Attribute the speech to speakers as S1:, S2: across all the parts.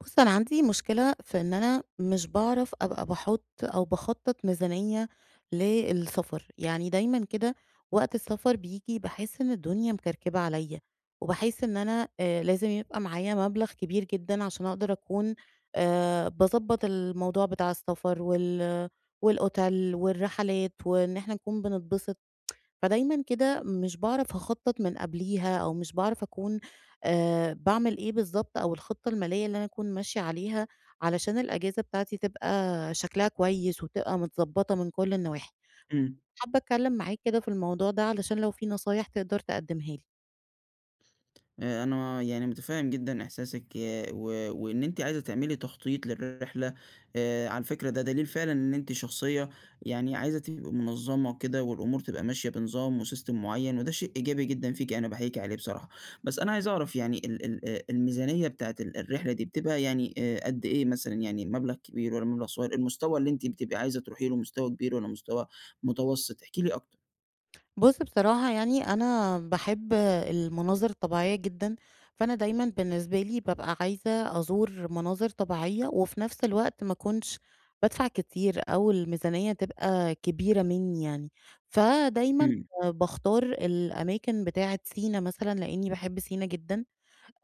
S1: بُص، أنا عندي مشكلة في إن أنا مش باعرف أبقى باحُط أو باخطّط ميزانية للسفر. يعني دايمًا كده وقت السفر بييجي باحس إن الدنيا مكركبة عليّا، وباحس إن أنا لازم يبقى معايا مبلغ كبير جدًا عشان أقدر أكون باضبّط الموضوع بتاع السفر والأوتيل والرحلات، وإن إحنا نكون بنتبسط. فدايمًا كده مش باعرف أخطّط من قبليها، أو مش باعرف أكون باعمل إيه بالضبط، أو الخطة المالية اللي أنا أكون ماشية عليها علشان الأجازة بتاعتي تبقى شكلها كويس وتبقى متضبّطة من كل النواحي.
S2: إمم.
S1: حابة أتكلّم معاك كده في الموضوع ده علشان لو في نصايح تقدر تقدّمها لي.
S2: أنا يعني مُتفهِّم جدًا إحساسِك و وإن أنتِ عايزة تعملي تخطيط للرحلة، على فكرة ده دليل فعلًا إن أنتِ شخصية يعني عايزة تبقي منظَّمة وكده والأمور تبقى ماشية بنظام وsystem معيّن وده شيء إيجابي جدًا فيكِ، أنا باحييكِ عليه بصراحة. بس أنا عايز أعرف يعني ال ال الميزانية بتاعة الرحلة دي بتبقى يعني قد إيه مثلًا، يعني مبلغ كبير والّا مبلغ صغير؟ المستوى اللي أنتِ بتبقي عايزة تروحي له مستوى كبير والّا مستوى متوسط؟ احكي لي أكتر.
S1: بُص، بصراحة يعني أنا باحب المناظر الطبيعية جدًا، فأنا دايمًا بالنسبة لي بابقى عايزة أزور مناظر طبيعية، وفي نفس الوقت ما أكونش بادفع كتير أو الميزانية تبقى كبيرة منّي يعني. فدايمًا
S2: إمم.
S1: باختار الأماكن بتاعة سينا مثلًا، لإني باحب سينا جدًا.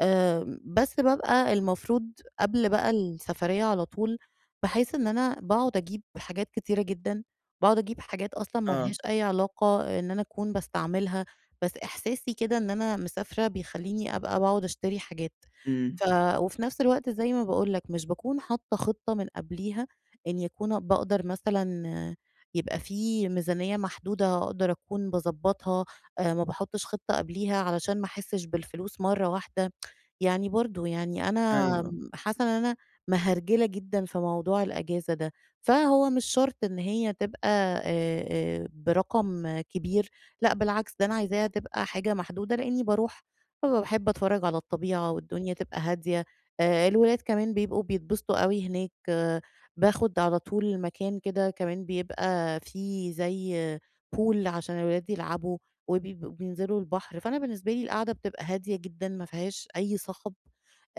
S1: بس بابقى المفروض قبل بقى السفرية على طول، باحس إن أنا باقعد أجيب حاجات كتيرة جدًا. باقعد أجيب حاجات أصلًا ما
S2: آه.
S1: لهاش أي علاقة إن أنا أكون باستعملها، بس إحساسي كده إن أنا مسافرة بيخلّيني أبقى باقعد أشتري حاجات.
S2: إمم.
S1: ف وفي نفس الوقت زي ما باقول لك، مش باكون حاطة خطة من قبليها إن يكون باقدر مثلًا آه، يبقى في ميزانية محدودة أقدر أكون باضبّطها. ما باحطش خطة قبليها علشان ما أحسش بالفلوس مرة واحدة. يعني برضه يعني أنا
S2: أيوه، آه.
S1: حاسة إن أنا مهرجلة جدًا في موضوع الأجازة ده. فهو مش شرط إن هي تبقى برقم كبير. لأ، بالعكس، ده أنا عايزاها تبقى حاجة محدودة، لإني باروح فباحب أتفرّج على الطبيعة، والدنيا تبقى هادية. الولاد كمان بيبقوا بيتبسطوا أوي هناك، آه. باخد على طول مكان كده كمان بيبقى فيه زي pool عشان الولاد يلعبوا، وبيبقوا بينزلوا البحر. فأنا بالنسبة لي القعدة بتبقى هادية جدًا ما فيهاش أي صخب.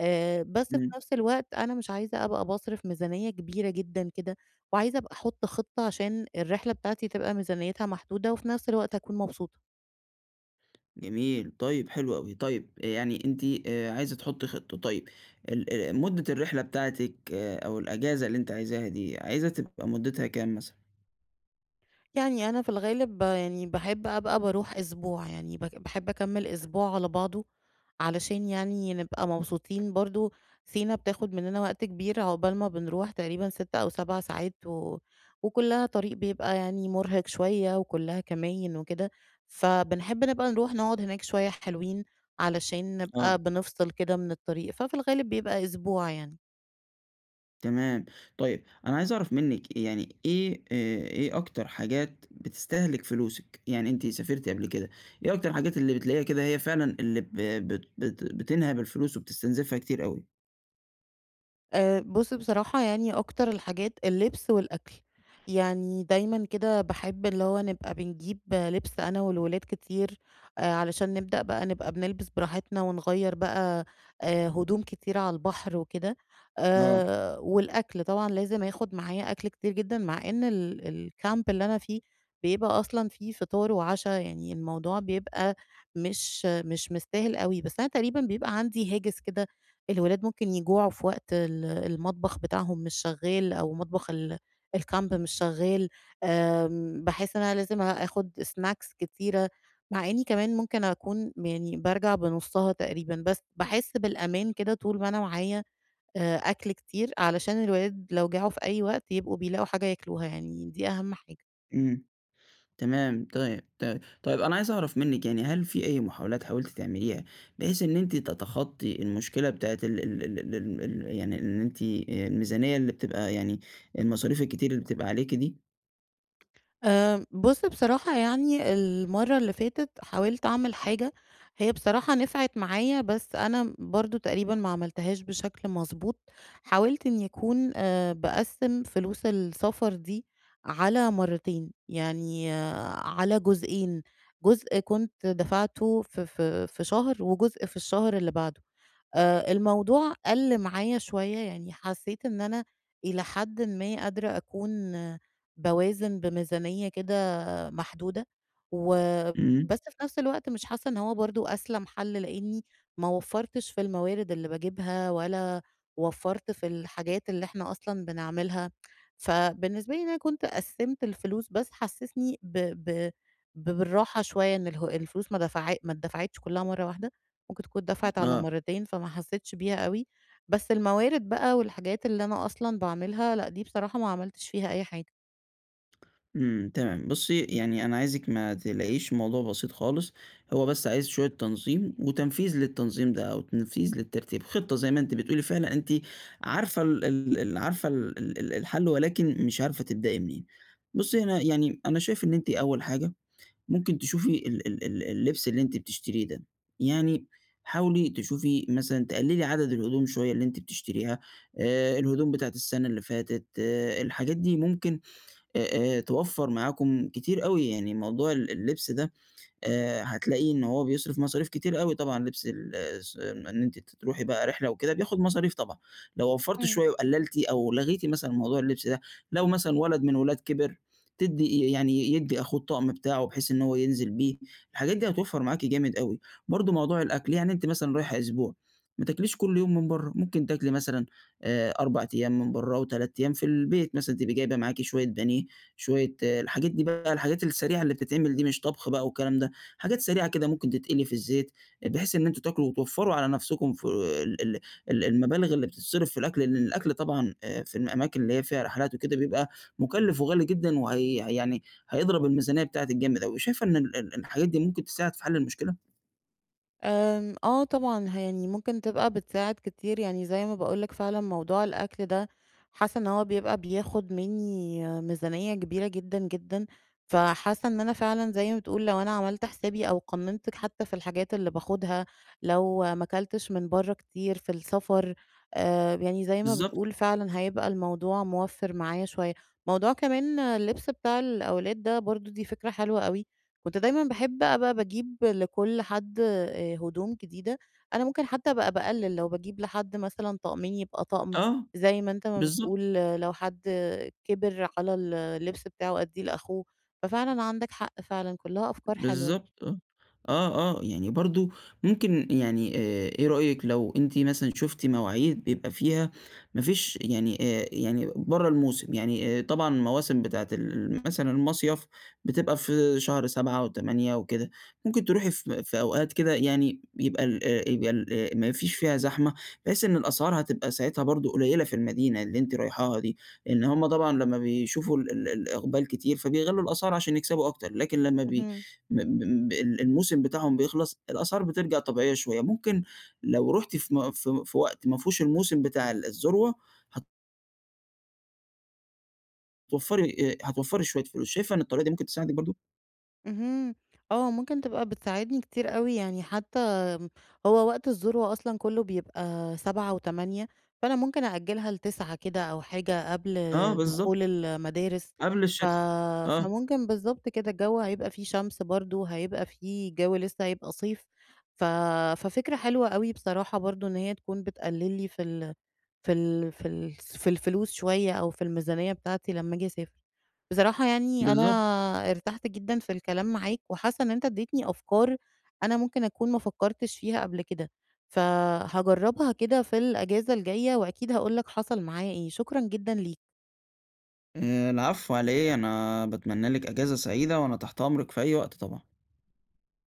S1: بس في
S2: إمم.
S1: نفس الوقت أنا مش عايزة أبقى باصرف ميزانية كبيرة جدًا كده، وعايزة أبقى أحط خطة عشان الرحلة بتاعتي تبقى ميزانيتها محدودة، وفي نفس الوقت أكون مبسوطة.
S2: جميل، طيب حلو أوي، طيب آه، يعني أنتِ عايزة تحطّي خطة، طيب ال مدة الرحلة بتاعتِك أو الأجازة اللي أنتِ عايزاها دي، عايزة تبقى مدتها كام مثلًا؟
S1: يعني أنا في الغالب يعني باحب أبقى باروح أسبوع. يعني باحب أكمّل أسبوع على بعضه، علشان يعني نبقى مبسوطين برضه. سينا بتاخد مننا وقت كبير عقبال ما بنروح، تقريبًا 6 أو 7 ساعات، وكُلّها طريق بيبقى يعني مُرهق شوية، وكُلّها كماين وكده. فبنحب نبقى نروح نقعد هناك شوية حلوين علشان
S2: آه.
S1: نبقى بنفصل كده من الطريق. ففي الغالب بيبقى أسبوع يعني.
S2: تمام، طيب أنا عايز أعرف منِّك يعني إيه إيه أكتر حاجات بتستهلك فلوسِك؟ يعني أنتِ سافرتِ قبل كده، إيه أكتر الحاجات اللي بتلاقيها كده هي فعلًا اللي ب بت بت بتنهب الفلوس وبتستنزفها كتير أوي؟
S1: بُص، بصراحة يعني أكتر الحاجات اللبس والأكل. يعني دايمًا كده باحب اللي هو نبقى بنجيب لبس أنا والولاد كتير، علشان نبدأ بقى نبقى بنلبس براحتنا، ونغيّر بقى هدوم كتير على البحر وكده.
S2: آه،
S1: والأكل طبعًا لازم آخد معايا أكل كتير جدًا، مع إن الcamp اللي أنا فيه بيبقى أصلًا فيه فطار وعشا. يعني الموضوع بيبقى مش مستاهل أوي، بس أنا تقريبًا بيبقى عندي هاجس كده الولاد ممكن يجوعوا في وقت المطبخ بتاعهم مش شغال، أو مطبخ الcamp مش شغال. باحس إن أنا لازم آخد snacks كتيرة، مع إني كمان ممكن أكون يعني بارجع بنُصّها تقريبًا، بس باحس بالأمان كده طول ما أنا معايا أكل كتير، علشان الولاد لو جاعوا في أي وقت يبقوا بيلاقوا حاجة ياكلوها. يعني دي أهم حاجة.
S2: إمم. تمام، طيب، طيب. طيب أنا عايز أعرف منِّك يعني هل في أي محاولات حاولتِ تعمليها بحيث إن أنتِ تتخطّي المشكلة بتاعة ال ال ال ال ال ال يعني إن أنتِ الميزانية اللي بتبقى يعني المصاريف الكتير اللي بتبقى عليكِ دي؟
S1: بُص، بصراحة يعني المرّة اللي فاتت حاولت أعمل حاجة هي بصراحة نفعت معايا، بس أنا برضه تقريبًا ما عملتهاش بشكل مضبوط. حاولت إني أكون باقسّم فلوس السفر دي على مرّتين، يعني أه، على جزئين. جزء كنت دفعته في شهر، وجزء في الشهر اللي بعده. الموضوع قَل معايا شوية. يعني حسّيت إن أنا إلى حدٍ ما قادرة أكون باوازن بميزانية كده محدودة،
S2: إمم،
S1: وبس في نفس الوقت مش حاسّة إن هو برضه أسلم حَل، لإني ما وفّرتش في الموارد اللي باجيبها، ولا وفّرت في الحاجات اللي إحنا أصلًا بنعملها. فبالنسبة لي إن أنا كنت قسّمت الفلوس، بس حسّسني ب ب ب بالراحة شوية، إن الفلوس ما اتدفعتش كلّها مرّة واحدة. ممكن تكون اتدفعت على
S2: آه.
S1: مرّتين، فما حسّيتش بيها أوي. بس الموارد بقى والحاجات اللي أنا أصلًا باعملها، لأ دي بصراحة ما عملتش فيها أي حاجة.
S2: إمم، تمام. بُصّي، يعني أنا عايزِك ما تقلقيش، الموضوع بسيط خالص، هو بس عايز شوية تنظيم وتنفيذ للتنظيم ده أو تنفيذ للترتيب، خطة زي ما أنتِ بتقولي فعلًا أنتِ عارفة ال ال ال عارفة ال ال ال الحل ولكن مش عارفة تبدئي منين. بُصّي، أنا يعني أنا شايف إن أنتِ أول حاجة ممكن تشوفي ال ال ال اللبس اللي أنتِ بتشتريه ده، يعني حاولي تشوفي مثلًا تقللي عدد الهدوم شوية اللي أنتِ بتشتريها، الهدوم بتاعة السنة اللي فاتت، آه، الحاجات دي ممكن توفّر معاكم كتير أوي، يعني موضوع اللبس ده هتلاقيه إن هو بيصرف مصاريف كتير أوي طبعًا لبس ال الس إن أنتِ تروحي بقى رحلة وكده بياخد مصاريف طبعًا، لو وفّرتِ
S1: إمم.
S2: شوية وقلّلتِ أو لغيتِ مثلًا موضوع اللبس ده، لو مثلًا ولد من الولاد كبر تدّي يعني يدّي أخوه الطقم بتاعه بحيث إن هو ينزل بيه، الحاجات دي هتوفّر معاكِ جامد أوي، برضه موضوع الأكل يعني أنتِ مثلًا رايحة أسبوع، ما تاكليش كل يوم من برّه، ممكن تاكلي مثلًا 4 أيام من برّه و3 أيام في البيت، مثلًا تبقي جايبة معاكِ شوية بانيه، شوية آه، الحاجات دي بقى الحاجات السريعة اللي بتتعمل دي مش طبخ بقى والكلام ده. حاجات سريعة كده ممكن تتقلي في الزيت، بحيث إن أنتم تاكلوا وتوفّروا على نفسكم في ال ال ال المبالغ اللي بتتصرف في الأكل، لإن الأكل طبعًا في الأماكن اللي هي فيها رحلات وكده بيبقى مُكلّف وغالي جدًا وهي يعني هيضرب الميزانية بتاعتِك جامد أوي، شايفة إن ال ال الحاجات دي ممكن تساعد في حل المشكلة؟
S1: آمم، آه طبعًا. يعني ممكن تبقى بتساعد كتير. يعني زي ما باقول لك، فعلًا موضوع الأكل ده حاسة إن هو بيبقى بياخد منّي ميزانية كبيرة جدًا، جدًا. فحاسة إن أنا فعلًا زي ما بتقول، لو أنا عملت حسابي أو قنّنت حتى في الحاجات اللي باخدها، لو ما كلتش من برّه كتير في السفر، يعني زي ما
S2: بالضبط،
S1: بتقول فعلًا هيبقى الموضوع موفّر معايا شوية. موضوع كمان اللبس بتاع الأولاد ده برضه، دي فكرة حلوة أوي. كنت دايمًا باحب أبقى باجيب لكل حد هدوم جديدة. أنا ممكن حتى أبقى باقلل، لو باجيب لحد مثلًا طقمين يبقى طقم.
S2: آه،
S1: زي ما أنت ما
S2: بالضبط.
S1: بتقول آه، لو حد كِبِر على اللبس بتاعه أدّيه لأخوه. ففعلًا عندك حق فعلًا، كلها أفكار حلوة.
S2: بالضبط آه. آه، آه، يعني برضه ممكن يعني إيه رأيِك لو أنتِ مثلًا شُفتِ مواعيد بيبقى فيها ما فيش يعني برّه الموسم، يعني طبعًا المواسم بتاعة مثلًا المصيف بتبقى في شهر 7 و8 وكده، ممكن تروحي في أوقات كده يعني يبقى ال ما فيش فيها زحمة، بحيث إن الأسعار هتبقى ساعتها برضه قليلة في المدينة اللي أنتِ رايحاها دي، لإن هُم طبعًا لمّا بيشوفوا ال ال الإقبال كتير فبيغلّوا الأسعار عشان يكسبوا أكتر، لكن لمّا بي
S1: اهم.
S2: م م ال الموسم بتاعهم بيخلص، الأسعار بترجع طبيعية شوية، ممكن لو رُحتِ في م في في وقت ما فيهوش الموسم بتاع الذروة، هتوفّري شوية فلوس، شايفة إن الطريقة دي ممكن تساعدِك برضه؟
S1: اهم. آه، ممكن تبقى بتساعدني كتير أوي. يعني حتى م هو وقت الذروة أصلًا كُلّه بيبقى 07:00 و08:00. فأنا ممكن أأجّلها ل09:00 كده، أو حاجة قبل
S2: آه
S1: دخول
S2: بالضبط،
S1: المدارس.
S2: قبل
S1: ف
S2: الشتا، آه
S1: فممكن بالضبط كده الجو هيبقى فيه شمس برضه، هيبقى فيه الجو لسه هيبقى صيف. ف ففكرة حلوة أوي بصراحة برضه، إن هي تكون بتقلِّل لي في الفلوس شوية، أو في الميزانية بتاعتي لمّا آجي أسافر. بصراحة يعني أنا
S2: بالضبط،
S1: ارتحت جدًا في الكلام معاك، وحاسة إن أنت اديتني أفكار أنا ممكن أكون ما فكرتش فيها قبل كده. فهاجربها كده في الأجازة الجاية، وأكيد هاقول لك حصل معايا إيه. شكرًا جدًا ليك.
S2: العفو على إيه، أنا باتمنى لِك إجازة سعيدة وأنا تحت أمرِك في أي وقت طبعًا.